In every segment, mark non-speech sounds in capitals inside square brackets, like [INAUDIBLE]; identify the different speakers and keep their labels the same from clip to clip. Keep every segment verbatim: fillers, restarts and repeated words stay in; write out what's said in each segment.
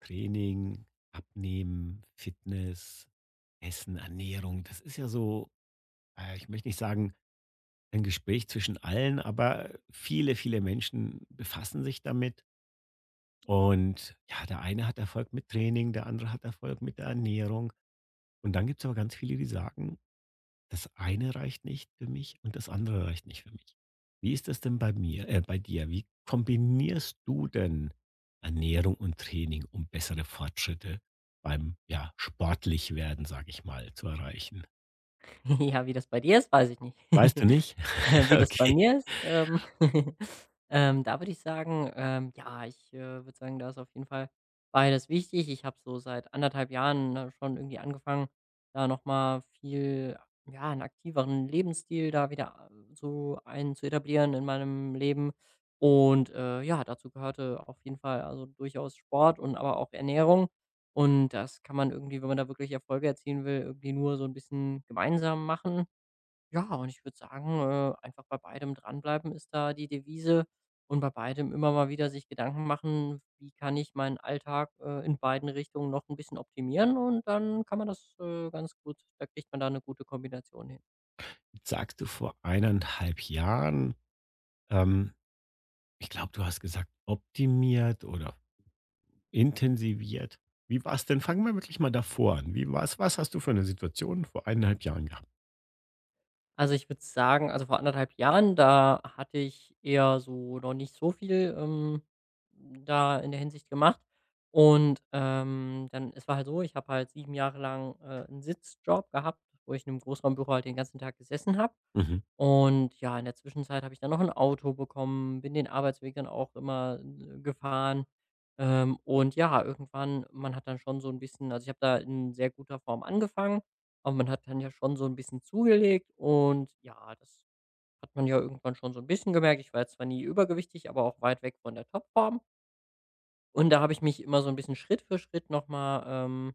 Speaker 1: Training, Abnehmen, Fitness, Essen, Ernährung. Das ist ja so, äh, ich möchte nicht sagen, ein Gespräch zwischen allen, aber viele, viele Menschen befassen sich damit. Und ja, der eine hat Erfolg mit Training, der andere hat Erfolg mit der Ernährung. Und dann gibt es aber ganz viele, die sagen, das eine reicht nicht für mich und das andere reicht nicht für mich. Wie ist das denn bei mir äh, bei dir? Wie kombinierst du denn Ernährung und Training, um bessere Fortschritte beim, ja, sportlich werden, sage ich mal, zu erreichen?
Speaker 2: [LAUGHS] Ja, wie das bei dir ist, weiß ich nicht. [LAUGHS]
Speaker 1: Weißt du nicht?
Speaker 2: [LAUGHS] Äh,
Speaker 1: [LAUGHS]
Speaker 2: Wie das bei
Speaker 1: Okay.
Speaker 2: mir ist? Ähm, [LAUGHS] ähm, da würde ich sagen, ähm, ja, ich, äh, würde sagen, da ist auf jeden Fall beides wichtig. Ich habe so seit anderthalb Jahren, ne, schon irgendwie angefangen, da noch mal viel ja, 'n aktiveren Lebensstil da wieder äh, so ein zu etablieren in meinem Leben. Und, äh, ja, dazu gehörte auf jeden Fall, also durchaus Sport und aber auch Ernährung. Und das kann man irgendwie, wenn man da wirklich Erfolge erzielen will, irgendwie nur so ein bisschen gemeinsam machen. Ja, und ich würde sagen, äh, einfach bei beidem dranbleiben ist da die Devise und bei beidem immer mal wieder sich Gedanken machen, wie kann ich meinen Alltag, äh, in beiden Richtungen noch ein bisschen optimieren, und dann kann man das, äh, ganz gut, da kriegt man da eine gute Kombination hin.
Speaker 1: Sagst du vor eineinhalb Jahren, ähm, ich glaube, du hast gesagt, optimiert oder intensiviert. Wie war es denn? Fangen wir wirklich mal davor an. Wie war's, was hast du für eine Situation vor eineinhalb Jahren gehabt?
Speaker 2: Also, ich würde sagen, also, vor anderthalb Jahren, da hatte ich eher so noch nicht so viel, ähm, da in der Hinsicht gemacht. Und, ähm, dann es war halt so, ich habe halt sieben Jahre lang, äh, 'n Sitzjob gehabt, wo ich in einem Großraumbüro halt den ganzen Tag gesessen habe.
Speaker 1: Mhm.
Speaker 2: Und ja, in der Zwischenzeit habe ich dann noch ein Auto bekommen, bin den Arbeitsweg dann auch immer, äh, gefahren. Ähm, und ja, irgendwann man hat dann schon so ein bisschen, also, ich habe da in sehr guter Form angefangen, aber man hat dann ja schon so ein bisschen zugelegt und ja, das hat man ja irgendwann schon so ein bisschen gemerkt. Ich war jetzt zwar nie übergewichtig, aber auch weit weg von der Topform. Und da habe ich mich immer so ein bisschen Schritt für Schritt nochmal,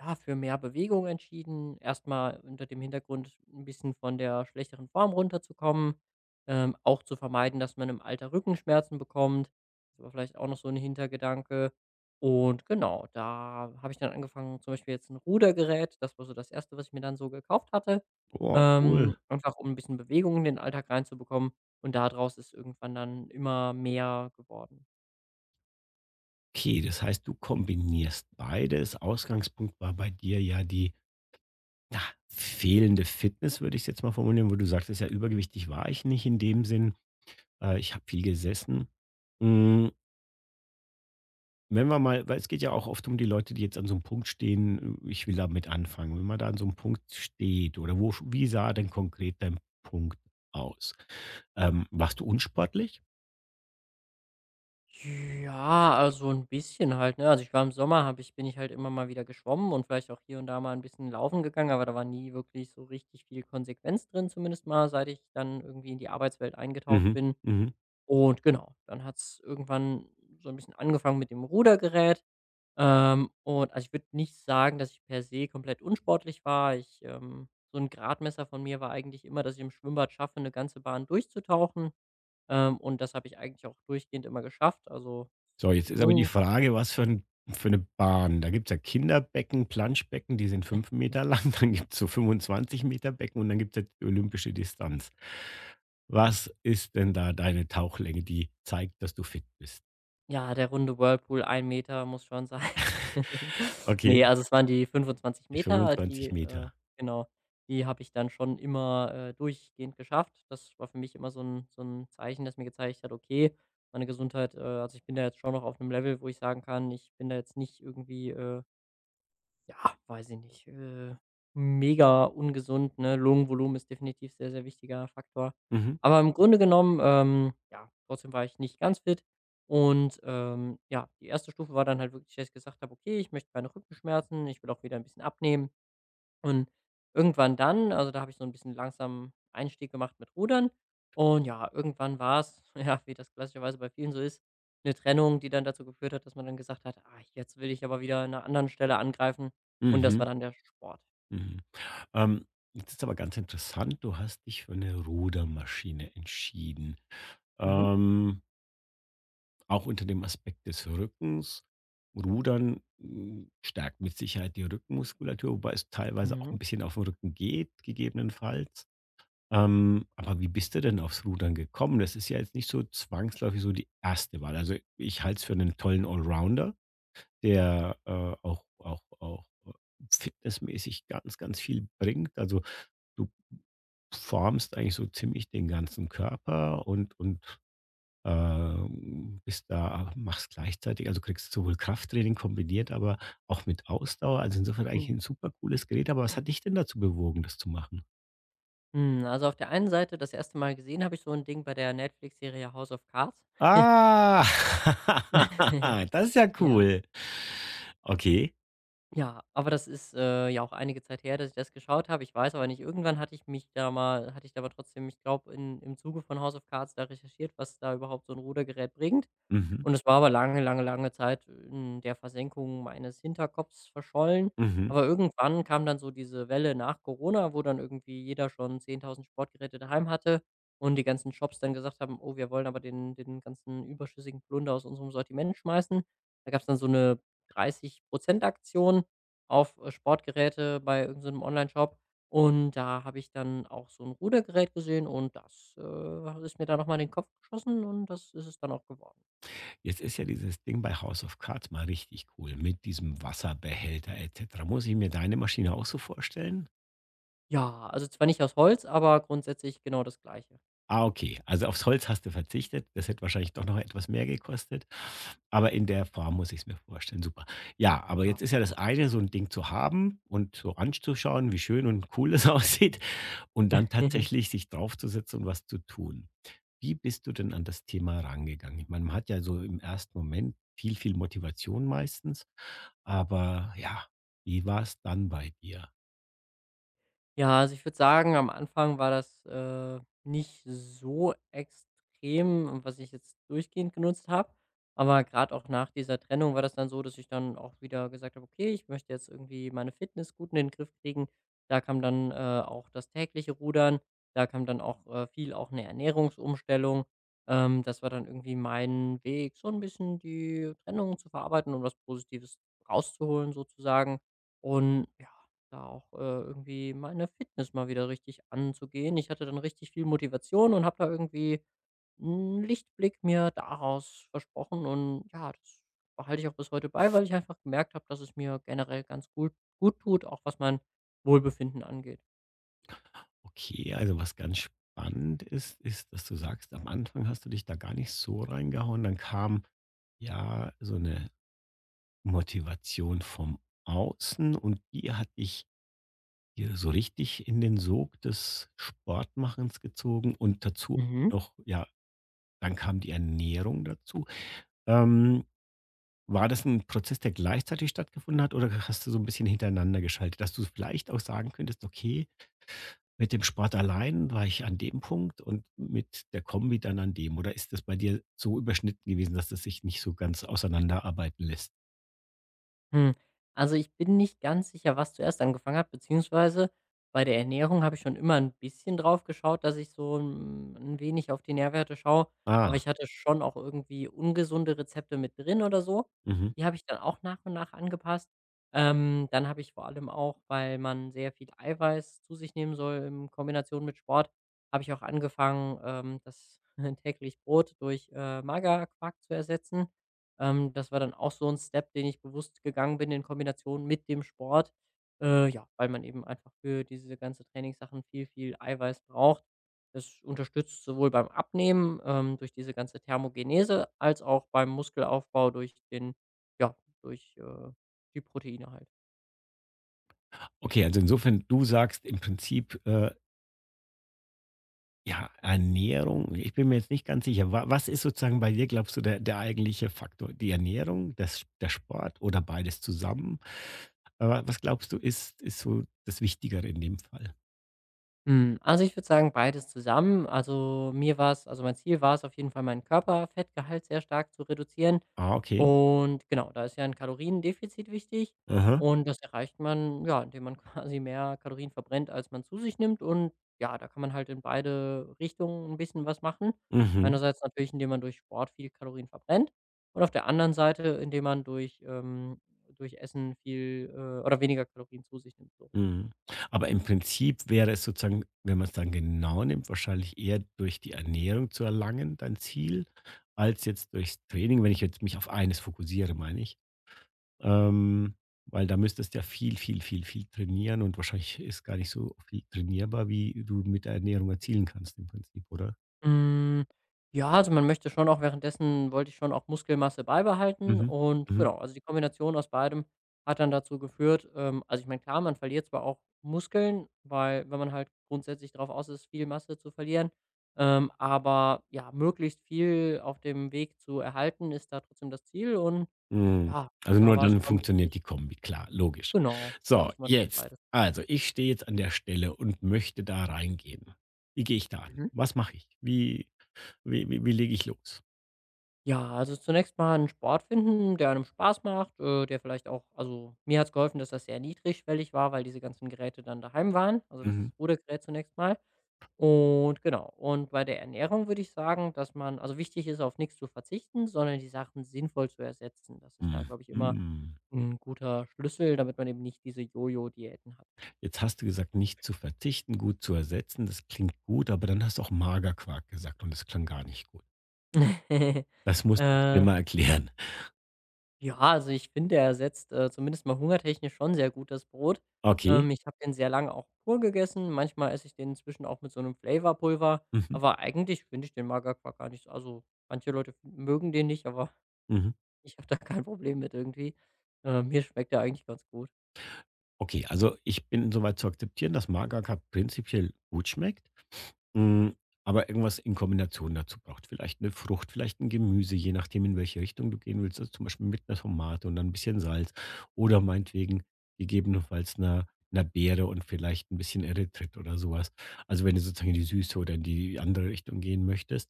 Speaker 2: ja, für mehr Bewegung entschieden. Erstmal unter dem Hintergrund, ein bisschen von der schlechteren Form runterzukommen, ähm, auch zu vermeiden, dass man im Alter Rückenschmerzen bekommt. Das war vielleicht auch noch so ein Hintergedanke. Und genau, da habe ich dann angefangen, zum Beispiel jetzt ein Rudergerät, das war so das Erste, was ich mir dann so gekauft hatte,
Speaker 1: Oh, cool.
Speaker 2: ähm, einfach um ein bisschen Bewegung in den Alltag reinzubekommen. Und daraus ist irgendwann dann immer mehr geworden.
Speaker 1: Okay, das heißt, du kombinierst beides. Ausgangspunkt war bei dir ja die, na, fehlende Fitness, würde ich es jetzt mal formulieren, wo du sagtest, ja, übergewichtig war ich nicht in dem Sinn. Äh, ich habe viel gesessen. Mm, wenn wir mal, weil es geht ja auch oft um die Leute, die jetzt an so einem Punkt stehen, äh, ich will damit anfangen. Wenn man da an so einem Punkt steht oder wo, wie sah denn konkret dein Punkt aus? Ähm, warst du unsportlich?
Speaker 2: Ja, also ein bisschen halt, ne? Also, ich war im Sommer habe ich bin ich halt immer mal wieder geschwommen und vielleicht auch hier und da mal ein bisschen laufen gegangen, aber da war nie wirklich so richtig viel Konsequenz drin, zumindest mal, seit ich dann irgendwie in die Arbeitswelt eingetaucht
Speaker 1: Mhm.
Speaker 2: bin.
Speaker 1: Mhm.
Speaker 2: Und genau, dann hat's irgendwann so ein bisschen angefangen mit dem Rudergerät. Ähm, und also, ich würde nicht sagen, dass ich per se komplett unsportlich war. Ich, ähm so ein Gradmesser von mir war eigentlich immer, dass ich im Schwimmbad schaffe, eine ganze Bahn durchzutauchen. Ähm, und das habe ich eigentlich auch durchgehend immer geschafft. Also,
Speaker 1: So, jetzt ist aber die
Speaker 2: Long,
Speaker 1: Frage, was für 'n für 'ne Bahn. Da gibt's ja Kinderbecken, Planschbecken, die sind fünf Meter lang, [LAUGHS] dann gibt's so fünfundzwanzig Meter Becken und dann gibt's ja die olympische Distanz. Was ist denn da deine Tauchlänge, die zeigt, dass du fit bist?
Speaker 2: ja, der runde Whirlpool, ein Meter muss schon sein.
Speaker 1: [LAUGHS]
Speaker 2: [LAUGHS]
Speaker 1: Okay,
Speaker 2: Nee, also es waren die fünfundzwanzig
Speaker 1: die
Speaker 2: Meter, die
Speaker 1: fünfundzwanzig
Speaker 2: äh,
Speaker 1: Meter.
Speaker 2: genau, die habe ich dann schon immer, äh, durchgehend geschafft. Das war für mich immer so ein so ein Zeichen, das mir gezeigt hat: „Okay, meine Gesundheit, äh also, ich bin da jetzt schon noch auf einem Level, wo ich sagen kann, ich bin da jetzt nicht irgendwie, äh“ Ja, weiß ich nicht, äh, mega ungesund, ne? Lungenvolumen ist definitiv sehr, sehr wichtiger Faktor.
Speaker 1: Mhm,
Speaker 2: Aber im Grunde genommen, ähm, ja, trotzdem war ich nicht ganz fit. Und, ähm, ja, die erste Stufe war dann halt wirklich, dass ich gesagt habe: „Okay, ich möchte keine Rückenschmerzen, ich will auch wieder ein bisschen abnehmen.“ Und irgendwann dann, also, da habe ich so ein bisschen langsamen Einstieg gemacht mit Rudern. Und ja, irgendwann war es, [LAUGHS] ja, wie das klassischerweise bei vielen so ist, eine Trennung, die dann dazu geführt hat, dass man dann gesagt hat: „Ah, jetzt will ich aber wieder an 'ner anderen Stelle angreifen.“ Und das
Speaker 1: mhm,
Speaker 2: war dann der Sport.
Speaker 1: mhm. Ähm, Jetzt ist aber ganz interessant, du hast dich für eine Rudermaschine entschieden.
Speaker 2: Mhm.
Speaker 1: Ähm, auch unter dem Aspekt des Rückens. Rudern, hm, stärkt mit Sicherheit die Rückenmuskulatur, wobei es teilweise auch
Speaker 2: Mhm.
Speaker 1: ein bisschen auf den Rücken geht, gegebenenfalls. Ähm, aber wie bist du denn aufs Rudern gekommen? Das ist ja jetzt nicht so zwangsläufig so die erste Wahl. Also, ich halte es für einen tollen Allrounder, der, äh, auch auch auch, äh, fitnessmäßig ganz, ganz viel bringt. Also, du formst eigentlich so ziemlich den ganzen Körper und und äh, bist da, machst gleichzeitig, also, kriegst sowohl Krafttraining kombiniert, aber auch mit Ausdauer. Also, insofern eigentlich
Speaker 2: Mhm.
Speaker 1: ein super cooles Gerät. Aber was hat dich denn dazu bewogen, das zu machen?
Speaker 2: Hm, also, auf der einen Seite, das erste Mal gesehen habe ich so ein Ding bei der Netflix-Serie „House of Cards“.
Speaker 1: Ah,
Speaker 2: [LAUGHS]
Speaker 1: [LAUGHS] das ist ja
Speaker 2: Ja.
Speaker 1: cool. Okay.
Speaker 2: Ja, aber das ist, äh, ja auch einige Zeit her, dass ich das geschaut habe. Ich weiß aber nicht, irgendwann hatte ich mich da mal hatte ich da aber trotzdem, ich glaube, im Zuge von House of Cards da recherchiert, was da überhaupt so ein Rudergerät bringt.
Speaker 1: Mhm,
Speaker 2: Und es war aber lange, lange, lange Zeit in der Versenkung meines Hinterkopfs verschollen.
Speaker 1: mhm.
Speaker 2: Aber irgendwann kam dann so diese Welle nach Corona, wo dann irgendwie jeder schon zehntausend Sportgeräte daheim hatte und die ganzen Shops dann gesagt haben: „Oh, wir wollen aber den den ganzen überschüssigen Plunder aus unserem Sortiment schmeißen.“ Da gab es dann so 'ne dreißig Aktion auf, äh, Sportgeräte bei irgendeinem Online-Shop. Und da habe ich dann auch so ein Rudergerät gesehen und das, äh, ist mir dann noch mal in den Kopf geschossen und das ist es dann auch geworden.
Speaker 1: Jetzt ist ja dieses Ding bei House of Cards mal richtig cool mit diesem Wasserbehälter et cetera. Muss ich mir deine Maschine auch so vorstellen?
Speaker 2: Ja, also zwar nicht aus Holz, aber grundsätzlich genau das Gleiche.
Speaker 1: Ah, okay. Also aufs Holz hast du verzichtet. Das hätte wahrscheinlich doch noch etwas mehr gekostet. Aber in der Form muss ich es mir vorstellen. Super. Ja, aber
Speaker 2: Ja.
Speaker 1: jetzt ist ja das eine, so ein Ding zu haben und so anzuschauen, wie schön und cool es [LAUGHS] aussieht und dann
Speaker 2: [LAUGHS]
Speaker 1: tatsächlich sich draufzusetzen und was zu tun. Wie bist du denn an das Thema rangegangen? Ich meine, man hat ja so im ersten Moment viel, viel Motivation meistens, aber ja, wie war es dann bei dir?
Speaker 2: Ja, also ich würde sagen, am Anfang war das, äh, nicht so extrem, äh, was ich jetzt durchgehend genutzt habe. Aber gerade auch nach dieser Trennung war das dann so, dass ich dann auch wieder gesagt habe: „Okay, ich möchte jetzt irgendwie meine Fitness gut in den Griff kriegen.“ Da kam dann, äh, auch das tägliche Rudern, da kam dann auch, äh, viel auch eine Ernährungsumstellung. Ähm, das war dann irgendwie mein Weg, so ein bisschen die Trennung zu verarbeiten, um was Positives rauszuholen, sozusagen. Und ja, da auch, äh, irgendwie meine Fitness mal wieder richtig anzugehen. Ich hatte dann richtig viel Motivation und habe da irgendwie 'n Lichtblick mir daraus versprochen und ja, das behalte ich auch bis heute bei, weil ich einfach gemerkt habe, dass es mir generell ganz gut gut tut, auch was mein Wohlbefinden angeht.
Speaker 1: Okay, also was ganz spannend ist, ist, dass du sagst, am Anfang hast du dich da gar nicht so reingehauen. Dann kam ja so eine Motivation vom Außen und die hat dich hier so richtig in den Sog des Sportmachens gezogen und dazu auch
Speaker 2: Mhm.
Speaker 1: noch, ja, dann kam die Ernährung dazu. Ähm, war das ein Prozess, der gleichzeitig stattgefunden hat oder hast du so ein bisschen hintereinander geschaltet, dass du vielleicht auch sagen könntest, okay, mit dem Sport allein war ich an dem Punkt und mit der Kombi dann an dem. Oder ist das bei dir so überschnitten gewesen, dass das sich nicht so ganz auseinanderarbeiten lässt?
Speaker 2: Hm, also, ich bin nicht ganz sicher, was zuerst angefangen hat, beziehungsweise, bei der Ernährung habe ich schon immer ein bisschen drauf geschaut, dass ich so ein 'n wenig auf die Nährwerte schaue, aber
Speaker 1: Ah,
Speaker 2: ich hatte schon auch irgendwie ungesunde Rezepte mit drin oder so.
Speaker 1: mhm.
Speaker 2: Die habe ich dann auch nach und nach angepasst. Ähm, dann habe ich vor allem auch, weil man sehr viel Eiweiß zu sich nehmen soll in Kombination mit Sport, habe ich auch angefangen, ähm, das [LAUGHS] täglich Brot durch, äh, Magerquark zu ersetzen. Ähm, das war dann auch so ein Step, den ich bewusst gegangen bin in Kombination mit dem Sport, äh, ja, weil man eben einfach für diese ganze Trainingssachen viel, viel Eiweiß braucht. Das unterstützt sowohl beim Abnehmen, ähm, durch diese ganze Thermogenese als auch beim Muskelaufbau durch den ja, durch, äh, die Proteine halt.
Speaker 1: Okay, also insofern, du sagst im Prinzip, äh, ja, Ernährung, ich bin mir jetzt nicht ganz sicher. Wa Was ist sozusagen bei dir, glaubst du, der, der eigentliche Faktor? Die Ernährung, das, der Sport oder beides zusammen? Äh, was glaubst du, ist, ist so das Wichtigere in dem Fall?
Speaker 2: Hm, also, ich würde sagen, beides zusammen. Also, mir war es, also, mein Ziel war es auf jeden Fall, meinen Körperfettgehalt sehr stark zu reduzieren.
Speaker 1: Ah, okay.
Speaker 2: Und genau, da ist ja ein Kaloriendefizit wichtig
Speaker 1: Aha.
Speaker 2: und das erreicht man, ja, indem man [LAUGHS] quasi mehr Kalorien verbrennt, als man zu sich nimmt. Und ja, da kann man halt in beide Richtungen ein bisschen was machen.
Speaker 1: Mhm.
Speaker 2: Einerseits natürlich, indem man durch Sport viel Kalorien verbrennt, und auf der anderen Seite, indem man durch ähm, durch Essen viel, äh oder weniger Kalorien zu sich nimmt, so.
Speaker 1: Mhm. Aber im Prinzip wäre es sozusagen, wenn man es dann genau nimmt, wahrscheinlich eher durch die Ernährung zu erlangen, dein Ziel, als jetzt durchs Training, wenn ich jetzt mich auf eines fokussiere, meine ich. Ähm, weil da müsstest du ja viel, viel, viel, viel trainieren und wahrscheinlich ist gar nicht so viel trainierbar, wie du mit der Ernährung erzielen kannst im Prinzip, oder?
Speaker 2: Hm, ja, also man möchte schon auch, währenddessen wollte ich schon auch Muskelmasse beibehalten,
Speaker 1: Mhm.
Speaker 2: und
Speaker 1: Mhm.
Speaker 2: genau, also die Kombination aus beidem hat dann dazu geführt, ähm, also ich meine, klar, man verliert zwar auch Muskeln, weil wenn man halt grundsätzlich darauf aus ist, viel Masse zu verlieren, ähm, aber ja, möglichst viel auf dem Weg zu erhalten, ist da trotzdem das Ziel, und
Speaker 1: Mhm.
Speaker 2: ja,
Speaker 1: Also,
Speaker 2: da
Speaker 1: nur
Speaker 2: war es
Speaker 1: dann
Speaker 2: schon
Speaker 1: funktioniert die
Speaker 2: wichtig,
Speaker 1: Kombi, klar, logisch.
Speaker 2: genau, da
Speaker 1: So,
Speaker 2: muss man schon
Speaker 1: jetzt,
Speaker 2: beides machen.
Speaker 1: also, ich stehe jetzt an der Stelle und möchte da reingehen. Wie gehe ich da an?
Speaker 2: Mhm.
Speaker 1: Was mache ich? Wie wie wie wie lege ich los?
Speaker 2: Ja, also zunächst mal einen Sport finden, der einem Spaß macht, äh, der vielleicht auch, also, mir hat's geholfen, dass das sehr niedrigschwellig war, weil diese ganzen Geräte dann daheim waren, also
Speaker 1: Mhm.
Speaker 2: das Rudergerät zunächst mal. Und genau, und bei der Ernährung würde ich sagen, dass man, also wichtig ist, auf nichts zu verzichten, sondern die Sachen sinnvoll zu ersetzen. Das ist da, glaube ich, immer
Speaker 1: Mhm.
Speaker 2: ein guter Schlüssel, damit man eben nicht diese Jojo-Diäten hat.
Speaker 1: Jetzt hast du gesagt, nicht zu verzichten, gut zu ersetzen. Das klingt gut, aber dann hast du auch Magerquark gesagt und das klang gar nicht gut.
Speaker 2: [LAUGHS]
Speaker 1: Das musst du jetzt mir
Speaker 2: Äh
Speaker 1: mal erklären.
Speaker 2: Ja, also ich finde, er ersetzt, äh, zumindest mal hungertechnisch schon sehr gut das Brot.
Speaker 1: Okay.
Speaker 2: Ähm, ich habe den sehr lange auch pur gegessen. Manchmal esse ich den inzwischen auch mit so einem Flavorpulver,
Speaker 1: Mhm.
Speaker 2: aber eigentlich finde ich den Magerquark gar nicht so, also, manche Leute f mögen den nicht, aber
Speaker 1: Mhm.
Speaker 2: [LAUGHS] ich habe da kein Problem mit irgendwie. Äh, mir schmeckt er eigentlich ganz gut.
Speaker 1: Okay, also, ich bin so weit zu akzeptieren, dass Magerquark prinzipiell gut schmeckt? Hm, aber irgendwas in Kombination dazu braucht. Vielleicht eine Frucht, vielleicht ein Gemüse, je nachdem, in welche Richtung du gehen willst. Also, zum Beispiel mit einer Tomate und dann ein bisschen Salz oder meinetwegen gegebenenfalls 'ner 'ner Beere und vielleicht ein bisschen Erythrit oder sowas. Also, wenn du sozusagen in die Süße oder in die andere Richtung gehen möchtest.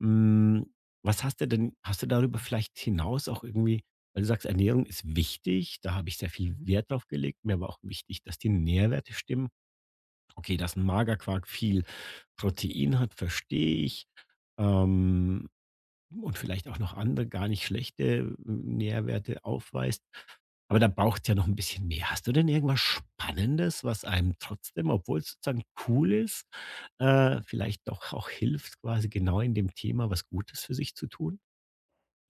Speaker 1: Hm, was hast du denn hast du darüber vielleicht hinaus auch irgendwie, weil du sagst, Ernährung ist wichtig, da habe ich sehr viel Wert drauf gelegt. Mir war auch wichtig, dass die Nährwerte stimmen. Okay, dass ein Magerquark viel Protein hat, verstehe ich. Ähm, und vielleicht auch noch andere gar nicht schlechte ähm, Nährwerte aufweist. Aber da braucht's ja noch ein bisschen mehr. Hast du denn irgendwas Spannendes, was einem trotzdem, obwohl's sozusagen cool ist, äh, vielleicht doch auch hilft, quasi genau in dem Thema was Gutes für sich zu tun?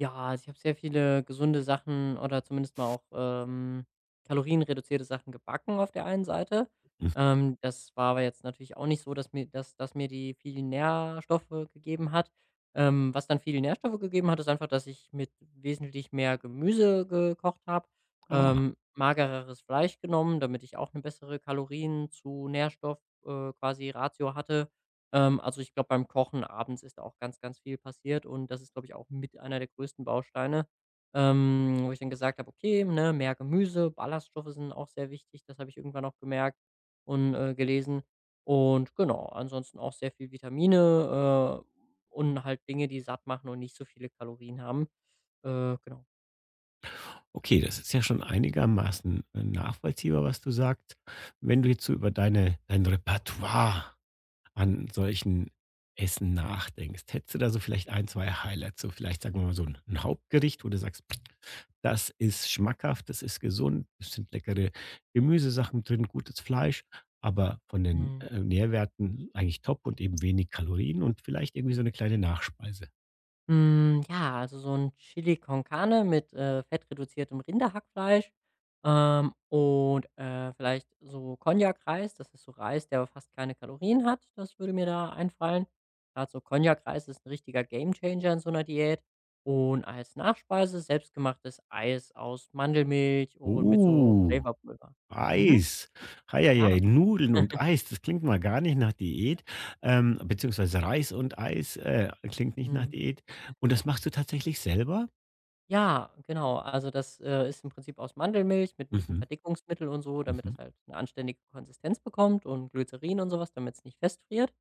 Speaker 2: Ja, also ich habe sehr viele gesunde Sachen oder zumindest mal auch, ähm, kalorienreduzierte Sachen gebacken auf der einen Seite.
Speaker 1: Hm,
Speaker 2: Ähm, das war aber jetzt natürlich auch nicht so, dass mir dass dass mir die vielen Nährstoffe gegeben hat. Ähm, was dann viele Nährstoffe gegeben hat, ist einfach, dass ich mit wesentlich mehr Gemüse gekocht habe,
Speaker 1: ah,
Speaker 2: ähm, magereres Fleisch genommen, damit ich auch eine bessere Kalorien zu Nährstoff, äh, quasi Ratio hatte, ähm, also, ich glaube, beim Kochen abends ist da auch ganz, ganz viel passiert und das ist, glaube ich, auch mit einer der größten Bausteine, ähm, wo ich dann gesagt habe: „Okay, ne, mehr Gemüse, Ballaststoffe sind auch sehr wichtig.“ Das habe ich irgendwann auch gemerkt und, äh, gelesen. Und genau, ansonsten auch sehr viel Vitamine, äh, und halt Dinge, die satt machen und nicht so viele Kalorien haben. Äh, genau.
Speaker 1: okay, das ist ja schon einigermaßen, äh, nachvollziehbar, was du sagst. Wenn du jetzt so über deine dein Repertoire an solchen Essen nachdenkst? Hättest du da so vielleicht ein, zwei Highlights, so vielleicht, sagen wir mal, so ein 'n Hauptgericht, wo du sagst: „Das ist schmackhaft, das ist gesund, es sind leckere Gemüsesachen drin, gutes Fleisch, aber von den,
Speaker 2: Mhm.
Speaker 1: äh, Nährwerten eigentlich top und eben wenig Kalorien und vielleicht irgendwie so eine kleine Nachspeise.“
Speaker 2: Hm, ja, also so ein Chili con Carne mit, äh, fettreduziertem Rinderhackfleisch, ähm, und, äh, vielleicht so Cognac-Reis. Das ist so Reis, der aber fast keine Kalorien hat. Das würde mir da einfallen. Grad so Cognac-Reis ist ein richtiger Gamechanger in so einer Diät. Und als Nachspeise selbstgemachtes Eis aus Mandelmilch und mit so
Speaker 1: Oh,
Speaker 2: Flavorpulver. Mhm,
Speaker 1: Eis. Ei, ei,
Speaker 2: ja,
Speaker 1: ei, Nudeln und Eis, das klingt mal gar nicht nach Diät, ähm, beziehungsweise Reis und Eis, äh, klingt nicht nach
Speaker 2: mhm.
Speaker 1: Diät. Und das machst du tatsächlich selber?
Speaker 2: Ja, genau. Also, das, äh, ist im Prinzip aus Mandelmilch mit ein bisschen
Speaker 1: Mhm,
Speaker 2: Verdickungsmittel und so, damit
Speaker 1: mhm.
Speaker 2: das halt eine anständige Konsistenz bekommt, und Glycerin und sowas, damit es nicht festfriert.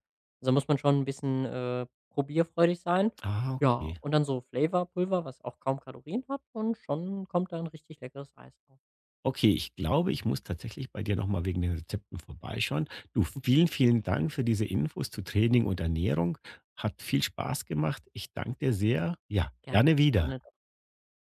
Speaker 2: Also, muss man schon ein bisschen, äh, probierfreudig sein.
Speaker 1: Ah,
Speaker 2: Ja,
Speaker 1: okay.
Speaker 2: und dann so Flavorpulver, was auch kaum Kalorien hat und schon kommt da 'n richtig leckeres Eis raus.
Speaker 1: Okay, ich glaube, ich muss tatsächlich bei dir nochmal wegen den Rezepten vorbeischauen. Du, vielen,
Speaker 2: [LAUGHS]
Speaker 1: vielen Dank für diese Infos zu Training und Ernährung. Hat viel Spaß gemacht. Ich danke dir sehr. Ja,
Speaker 2: Gerne,
Speaker 1: gerne wieder.
Speaker 2: gerne.